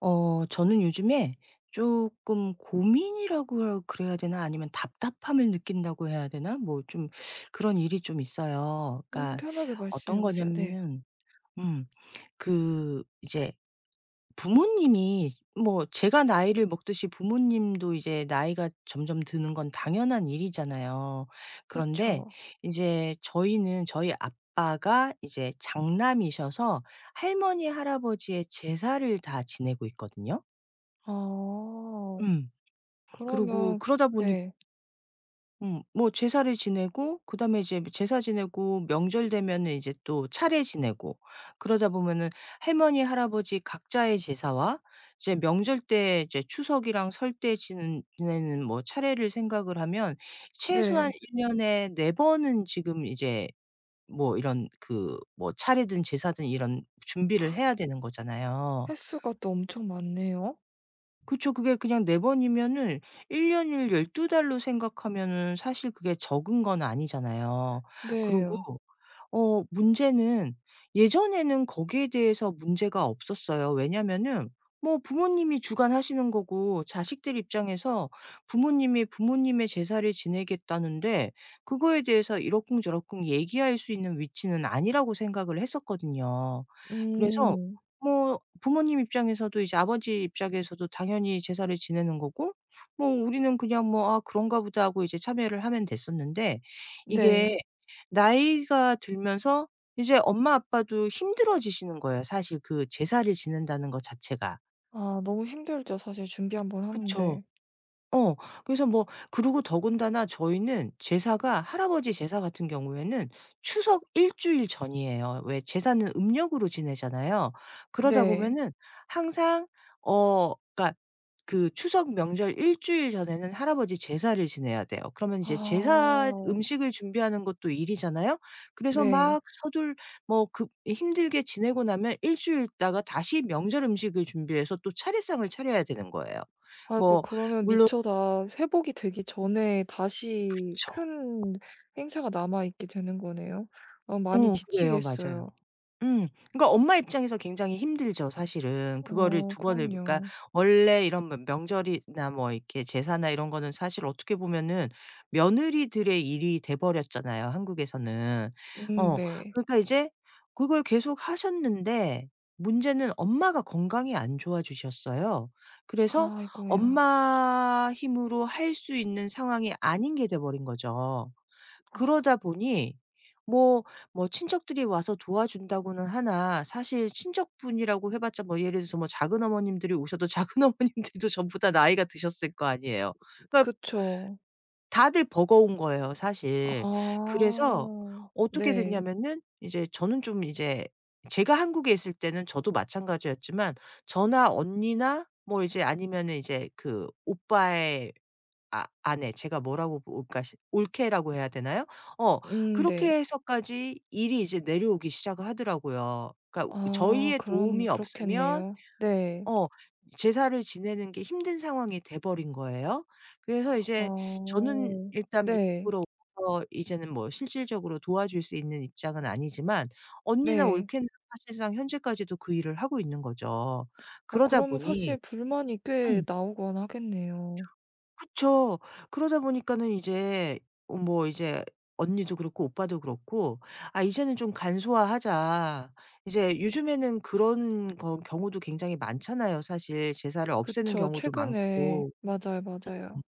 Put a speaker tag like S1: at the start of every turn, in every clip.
S1: 저는 요즘에 조금 고민이라고 그래야 되나 아니면 답답함을 느낀다고 해야 되나? 뭐 좀 그런 일이 좀 있어요. 그러니까
S2: 편하게 말씀해
S1: 어떤
S2: 보세요. 네.
S1: 거냐면은 음 그 이제 부모님이 뭐 제가 나이를 먹듯이 부모님도 이제 나이가 점점 드는 건 당연한 일이잖아요. 그런데
S2: 그쵸.
S1: 이제 저희는 저희 아빠가 이제 장남이셔서 할머니, 할아버지의 제사를 다 지내고 있거든요.
S2: 아.
S1: 음. 그러고
S2: 그러면
S1: 그러다 보니
S2: 네.
S1: 뭐 제사를 지내고 그다음에 이제 제사 지내고 명절 되면은 이제 또 차례 지내고 그러다 보면은 할머니, 할아버지 각자의 제사와 이제 명절 때 이제 추석이랑 설 때 지는 지내는 뭐 차례를 생각을 하면 최소한
S2: 네.
S1: 1년 년에 4번 번은 지금 이제 뭐 이런 그 뭐 차례든 제사든 이런 준비를 해야 되는 거잖아요.
S2: 횟수가 또 엄청 많네요.
S1: 그쵸. 그게 그냥 4번 번이면은 1년 년을 12달 달로 생각하면은 사실 그게 적은 건 아니잖아요. 그리고
S2: 네.
S1: 문제는 예전에는 거기에 대해서 문제가 없었어요. 왜냐면은 뭐 부모님이 주관하시는 거고 자식들 입장에서 부모님이 부모님의 제사를 지내겠다는데 그거에 대해서 이러쿵저러쿵 얘기할 수 있는 위치는 아니라고 생각을 했었거든요. 음. 그래서
S2: 음.
S1: 뭐 부모님 입장에서도 이제 아버지 입장에서도 당연히 제사를 지내는 거고 뭐 우리는 그냥 뭐 '아 그런가 보다.' 하고 이제 참여를 하면 됐었는데 이게
S2: 네.
S1: 나이가 들면서 이제 엄마 아빠도 힘들어지시는 거예요 사실 그 제사를 지낸다는 것 자체가.
S2: 아 너무 힘들죠 사실 준비 한번
S1: 그쵸.
S2: 하는데.
S1: 어. 그래서 뭐 그러고 더군다나 저희는 제사가 할아버지 제사 같은 경우에는 추석 일 주일 전이에요. 왜 제사는 음력으로 지내잖아요. 그러다
S2: 네.
S1: 보면은 항상 그러니까 그 추석 명절 일 주일 전에는 할아버지 제사를 지내야 돼요. 그러면 이제 제사
S2: 아.
S1: 음식을 준비하는 것도 일이잖아요. 그래서
S2: 네.
S1: 막 서둘 뭐 그 힘들게 지내고 나면 일 주일 있다가 다시 명절 음식을 준비해서 또 차례상을 차려야 되는 거예요.
S2: 아이고
S1: 뭐
S2: 그러면
S1: 물론
S2: 미처 다 회복이 되기 전에 다시
S1: 그쵸.
S2: 큰 행사가 남아 있게 되는 거네요. 어 많이
S1: 어 그래요. 맞아요.
S2: 지치겠어요.
S1: 음. 그러니까 엄마 입장에서 굉장히 힘들죠 사실은. 그거를
S2: 어
S1: 두 번을 그러니까
S2: 그럼요.
S1: 원래 이런 뭐 명절이나 뭐 이렇게 제사나 이런 거는 사실 어떻게 보면은 며느리들의 일이 돼 버렸잖아요 한국에서는. 어
S2: 네.
S1: 그러니까 이제 그걸 계속 하셨는데 문제는 엄마가 건강이 안 좋아지셨어요. 그래서
S2: 아이고야.
S1: 엄마 힘으로 할 수 있는 상황이 아닌 게 돼 버린 거죠. 그러다 보니 뭐 뭐 친척들이 와서 도와준다고는 하나 사실 친척분이라고 해 봤자 뭐 예를 들어서 뭐 작은 어머님들이 오셔도 작은 어머님들도 전부 다 나이가 드셨을 거 아니에요. 그러니까
S2: 그쵸.
S1: 다들 버거운 거예요 사실. 그래서
S2: 아.
S1: 어떻게
S2: 네.
S1: 됐냐면은 이제 저는 좀 이제 제가 한국에 있을 때는 저도 마찬가지였지만 저나 언니나 뭐 이제 아니면은 이제 그 오빠의 아내 제가 뭐라고 볼까 시 올케라고 해야 되나요? 어 그렇게
S2: 네.
S1: 해서까지 일이 이제 내려오기 시작을 하더라고요. 그러니까
S2: 아
S1: 저희의
S2: 그런
S1: 도움이 없으면
S2: 그렇겠네요. 네.
S1: 어 제사를 지내는 게 힘든 상황이 돼 버린 거예요. 그래서 이제
S2: 아
S1: 저는 일단
S2: 네.
S1: 미국으로 와서 이제는 뭐 실질적으로 도와줄 수 있는 입장은 아니지만 언니나
S2: 네.
S1: 올케는 사실상 현재까지도 그 일을 하고 있는 거죠.
S2: 어
S1: 그러다
S2: 그러면 사실
S1: 보니
S2: 불만이 꽤
S1: 음.
S2: 나오곤 하겠네요.
S1: 그쵸. 그러다 보니까는 이제 뭐 이제 언니도 그렇고 오빠도 그렇고 '아 이제는 좀 간소화하자.' 이제 요즘에는 그런 거 경우도 굉장히 많잖아요 사실. 제사를 없애는
S2: 그쵸.
S1: 경우도
S2: 최근에
S1: 많고.
S2: 맞아요, 맞아요.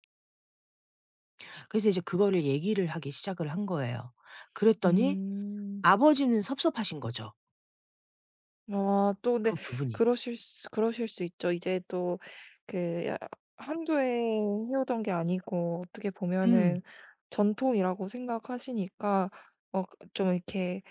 S1: 그래서 이제 그거를 얘기를 하기 시작을 한 거예요. 그랬더니
S2: 음.
S1: 아버지는 섭섭하신 거죠,
S2: 아 또 근데
S1: 그 부분이.
S2: 그러실 수 그러실 수 있죠. 이제 또 그 한두 해 해오던 게 아니고 어떻게
S1: 음.
S2: 보면은 전통이라고 생각하시니까 어 좀 이렇게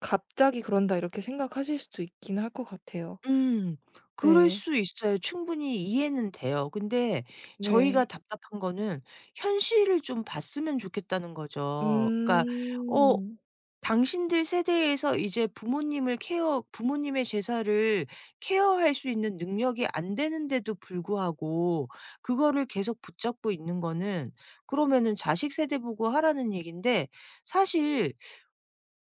S2: '갑자기 그런다.' 이렇게 생각하실 수도 있긴 할 것 같아요.
S1: 음. 그럴
S2: 네.
S1: 수 있어요. 충분히 이해는 돼요. 근데 저희가
S2: 네.
S1: 답답한 거는 현실을 좀 봤으면 좋겠다는 거죠. 그러니까 어
S2: 음.
S1: 당신들 세대에서 이제 부모님을 케어 부모님의 제사를 케어할 수 있는 능력이 안 되는데도 불구하고 그거를 계속 붙잡고 있는 거는 그러면은 자식 세대 보고 하라는 얘긴데 사실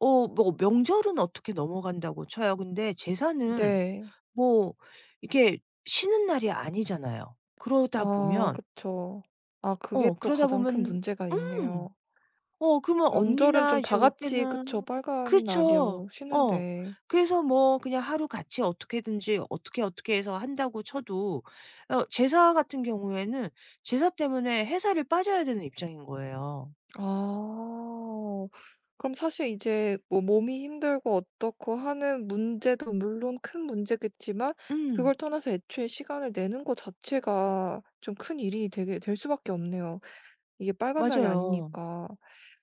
S1: 뭐 명절은 어떻게 넘어간다고 쳐요. 근데 제사는
S2: 네.
S1: 뭐 이게 쉬는 날이 아니잖아요. 그러다
S2: 아
S1: 보면
S2: 그쵸. 아 그게
S1: 어
S2: 또
S1: 그러다
S2: 가장 큰
S1: 보면
S2: 문제가
S1: 음.
S2: 있네요.
S1: 그러면
S2: 명절은
S1: 언니나
S2: 좀
S1: 이제
S2: 다
S1: 올
S2: 같이 그쵸.
S1: 때는
S2: 빨간
S1: 그쵸.
S2: 날로 이
S1: 어.
S2: 쉬는데.
S1: 그래서 뭐 그냥 하루 같이 어떻게든지 어떻게 해서 한다고 쳐도 제사 같은 경우에는 제사 때문에 회사를 빠져야 되는 입장인 거예요.
S2: 아. 그럼 사실 이제 뭐 몸이 힘들고 어떻고 하는 문제도 물론 큰 문제겠지만
S1: 음.
S2: 그걸 떠나서 애초에 시간을 내는 것 자체가 좀 큰 일이 되게 될 수밖에 없네요. 이게 빨간 날이
S1: 맞아요.
S2: 아니니까.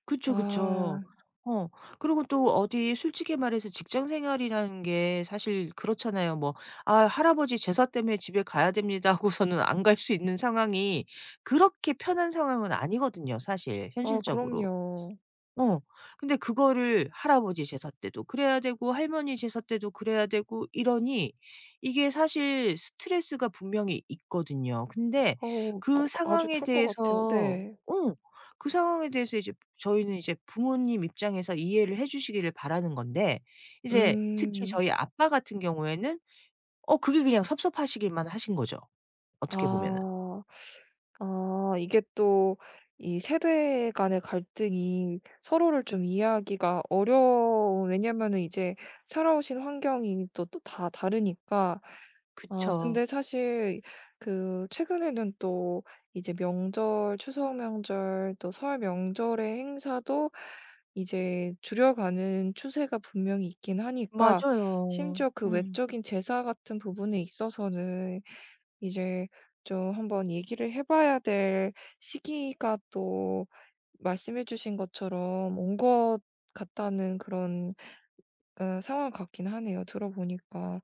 S1: 그쵸,
S2: 아.
S1: 그쵸. 어 그리고 또 어디 솔직히 말해서 직장 생활이라는 게 사실 그렇잖아요. 뭐 "아 할아버지 제사 때문에 집에 가야 됩니다." 하고서는 안 갈 수 있는 상황이 그렇게 편한 상황은 아니거든요 사실
S2: 아
S1: 현실적으로.
S2: 그럼요.
S1: 어. 근데 그거를 할아버지 제사 때도 그래야 되고 할머니 제사 때도 그래야 되고 이러니 이게 사실 스트레스가 분명히 있거든요. 근데
S2: 어
S1: 그
S2: 아주
S1: 상황에
S2: 클 것 같아요.
S1: 대해서
S2: 네.
S1: 어 그 상황에 대해서 이제 저희는 이제 부모님 입장에서 이해를 해 주시기를 바라는 건데 이제 특히
S2: 음.
S1: 저희 아빠 같은 경우에는 그게 그냥 섭섭하시기만 하신 거죠, 어떻게 보면은.
S2: 아. 아 이게 또 이 세대 간의 갈등이 서로를 좀 이해하기가 어려운 왜냐면은 이제 살아오신 환경이 또 또 다 다르니까. 아
S1: 그쵸.
S2: 근데 사실 그 최근에는 또 이제 명절, 추석 명절 또 설 명절의 행사도 이제 줄여가는 추세가 분명히 있긴 하니까
S1: 맞아요.
S2: 심지어 그
S1: 음.
S2: 외적인 제사 같은 부분에 있어서는 이제 좀 한번 얘기를 해 봐야 될 시기가 또 말씀해 주신 것처럼 온 것 같다는 그런 어 상황 같긴 하네요 들어 보니까.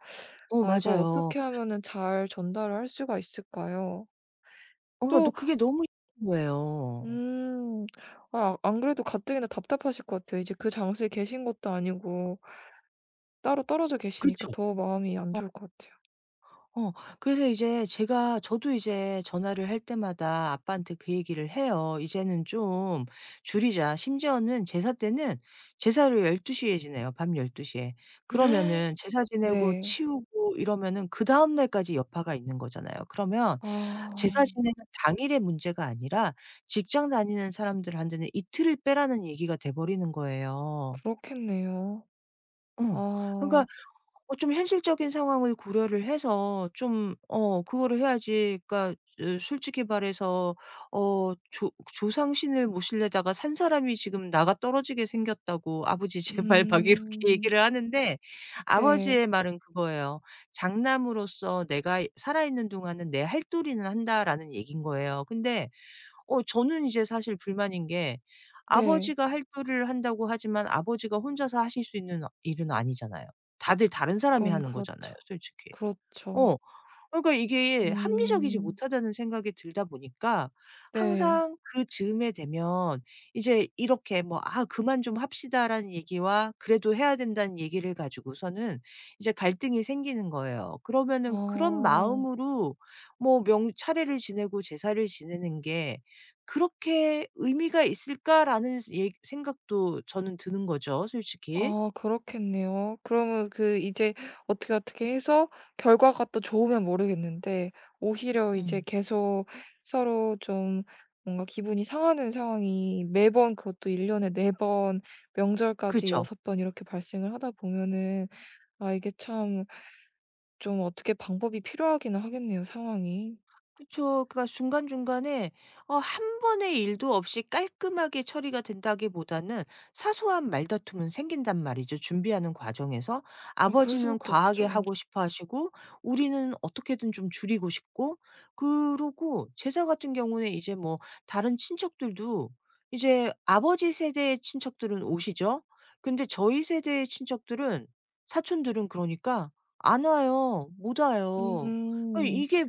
S2: 아 이걸
S1: 맞아요.
S2: 어떻게 하면은 잘 전달을 할 수가 있을까요?
S1: 그러니까 너
S2: 또
S1: 그게 너무 힘든 거예요.
S2: 음 아 안 그래도 가뜩이나 답답하실 것 같아요. 이제 그 장소에 계신 것도 아니고 따로 떨어져 계시니까
S1: 그쵸.
S2: 더 마음이 안
S1: 어.
S2: 좋을 것 같아요.
S1: 어. 그래서 이제 제가 저도 이제 전화를 할 때마다 아빠한테 그 얘기를 해요. "이제는 좀 줄이자." 심지어는 제사 때는 제사를 12시에 지내요, 밤 12시에. 그러면은 제사 지내고
S2: 네.
S1: 치우고 이러면은 그다음 날까지 여파가 있는 거잖아요. 그러면 제사
S2: 아
S1: 지내는 당일의 문제가 아니라 직장 다니는 사람들한테는 이틀을 빼라는 얘기가 돼 버리는 거예요.
S2: 그렇겠네요.
S1: 어. 그러니까
S2: 아.
S1: 좀 현실적인 상황을 고려를 해서 좀 그거를 해야지 그러니까 으 솔직히 말해서 어 조 조상신을 모시려다가 산 사람이 지금 나가 떨어지게 생겼다고 "아버지 제발." 막 이렇게
S2: 음.
S1: 얘기를 하는데
S2: 네.
S1: 아버지의 말은 그거예요. "장남으로서 내가 살아있는 동안은 내 할도리는 한다."라는 얘기인 거예요. 근데 저는 이제 사실 불만인 게
S2: 네.
S1: 아버지가 할도를 한다고 하지만 아버지가 혼자서 하실 수 있는 일은 아니잖아요. 다들 다른 사람이
S2: 그건
S1: 하는 거잖아요
S2: 그렇죠.
S1: 솔직히.
S2: 그렇죠.
S1: 어. 그러니까 이게 합리적이지
S2: 음.
S1: 못하다는 생각이 들다 보니까
S2: 네.
S1: 항상 그 즈음에 되면 이제 이렇게 뭐 '아 그만 좀 합시다.'라는 얘기와 그래도 해야 된다는 얘기를 가지고서는 이제 갈등이 생기는 거예요. 그러면은 그런
S2: 아.
S1: 마음으로 뭐 명 차례를 지내고 제사를 지내는 게 '그렇게 의미가 있을까?'라는 스 얘 생각도 저는 드는 거죠 솔직히.
S2: 아 그렇겠네요. 그러면 그 이제 어떻게, 어떻게 해서 결과가 또 좋으면 모르겠는데 오히려 이제
S1: 음.
S2: 계속 서로 좀 뭔가 기분이 상하는 상황이 매번 그것도 1년 년에 4번
S1: 그
S2: 명절까지
S1: 죠
S2: 6번 이렇게 발생을 하다 보면은 아 이게 참 좀 어떻게 방법이 필요하기는 하겠네요, 상황이.
S1: 그쵸. 그니까 중간중간에 한 번의 일도 없이 깔끔하게 처리가 된다기보다는 사소한 말다툼은 생긴단 말이죠, 준비하는 과정에서.
S2: 그럴
S1: 아버지는
S2: 수밖에
S1: 과하게
S2: 없죠.
S1: 하고 싶어 하시고 우리는 어떻게든 좀 줄이고 싶고 그러고 제사 같은 경우는 이제 뭐 다른 친척들도 이제 아버지 세대의 친척들은 오시죠. 근데 저희 세대의 친척들은 사촌들은 그러니까 안 와요. 못 와요. 아
S2: 음.
S1: 이게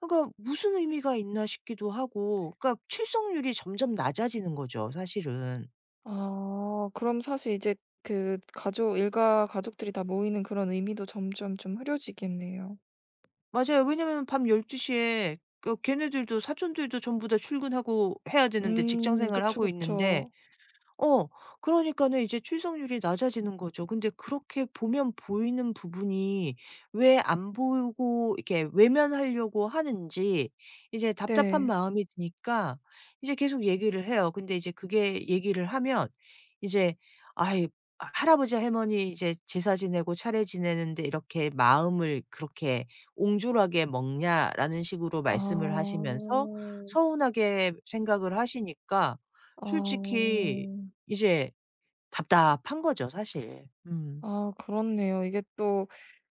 S1: 그러니까 무슨 의미가 있나 싶기도 하고 그러니까 출석률이 점점 낮아지는 거죠 사실은.
S2: 아 그럼 사실 이제 그 가족 일가 가족들이 다 모이는 그런 의미도 점점 좀 흐려지겠네요.
S1: 맞아요. 왜냐면 밤 12시에 그 걔네들도 사촌들도 전부 다 출근하고 해야 되는데 직장
S2: 그쵸,
S1: 생활하고
S2: 그쵸.
S1: 있는데 어. 그러니까는 이제 출석률이 낮아지는 거죠. 근데 그렇게 보면 보이는 부분이 왜 안 보이고 이렇게 외면하려고 하는지 이제 답답한
S2: 네.
S1: 마음이 드니까 이제 계속 얘기를 해요. 근데 이제 그게 얘기를 하면 이제 아이 할아버지 할머니 이제 제사 지내고 차례 지내는데 "이렇게 마음을 그렇게 옹졸하게 먹냐?"라는 식으로 말씀을
S2: 아.
S1: 하시면서 서운하게 생각을 하시니까
S2: 아.
S1: 솔직히 이제 답답한 거죠 사실. 음.
S2: 아 그렇네요. 이게 또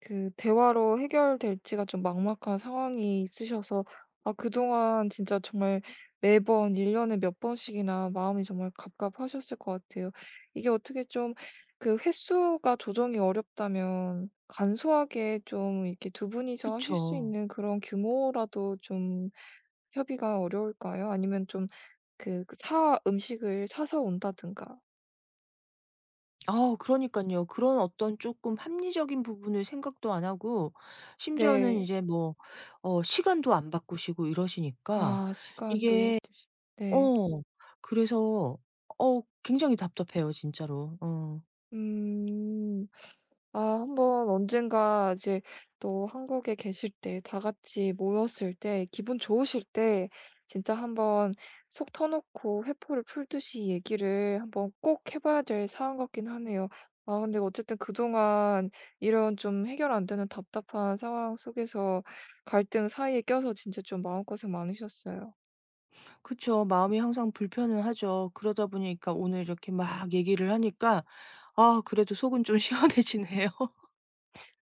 S2: 그 대화로 해결될지가 좀 막막한 상황이 있으셔서 아 그동안 진짜 정말 매번 1년 년에 몇 번씩이나 마음이 정말 갑갑하셨을 것 같아요. 이게 어떻게 좀 그 횟수가 조정이 어렵다면 간소하게 좀 이렇게 두 분이서 하실 수
S1: 그쵸.
S2: 있는 그런 규모라도 좀 협의가 어려울까요? 아니면 좀 그 그 사 음식을 사서 온다든가.
S1: 아 그러니깐요. 그런 어떤 쪼끔 합리적인 부분을 생각도 안 하고 심지어는
S2: 네.
S1: 이제 뭐 시간도 안 바꾸시고 이러시니까
S2: 아 시간도
S1: 이게
S2: 12시 시. 네.
S1: 어 그래서 굉장히 답답해요 진짜로. 어.
S2: 음. 아 한번 언젠가 이제 또 한국에 계실 때 다 같이 모였을 때 기분 좋으실 때 진짜 한번 속 터 놓고 회포를 풀듯이 얘기를 한번 꼭 해 봐야 될 사안 같긴 하네요. 아 근데 어쨌든 그동안 이런 좀 해결 안 되는 답답한 상황 속에서 갈등 사이에 껴서 진짜 좀 마음고생 많으셨어요.
S1: 그쵸. 마음이 항상 불편은 하죠. 그러다 보니까 오늘 이렇게 막 얘기를 하니까 아 그래도 속은 좀 시원해지네요.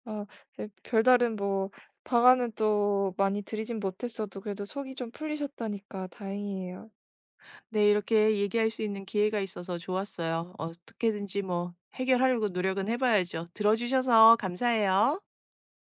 S2: 아 네 별다른 뭐 방안은 또 많이 드리진 못했어도 그래도 속이 좀 풀리셨다니까 다행이에요.
S1: 네, 이렇게 얘기할 수 있는 기회가 있어서 좋았어요. 어떻게든지 뭐 해결하려고 노력은 해 봐야죠. 들어 주셔서 감사해요.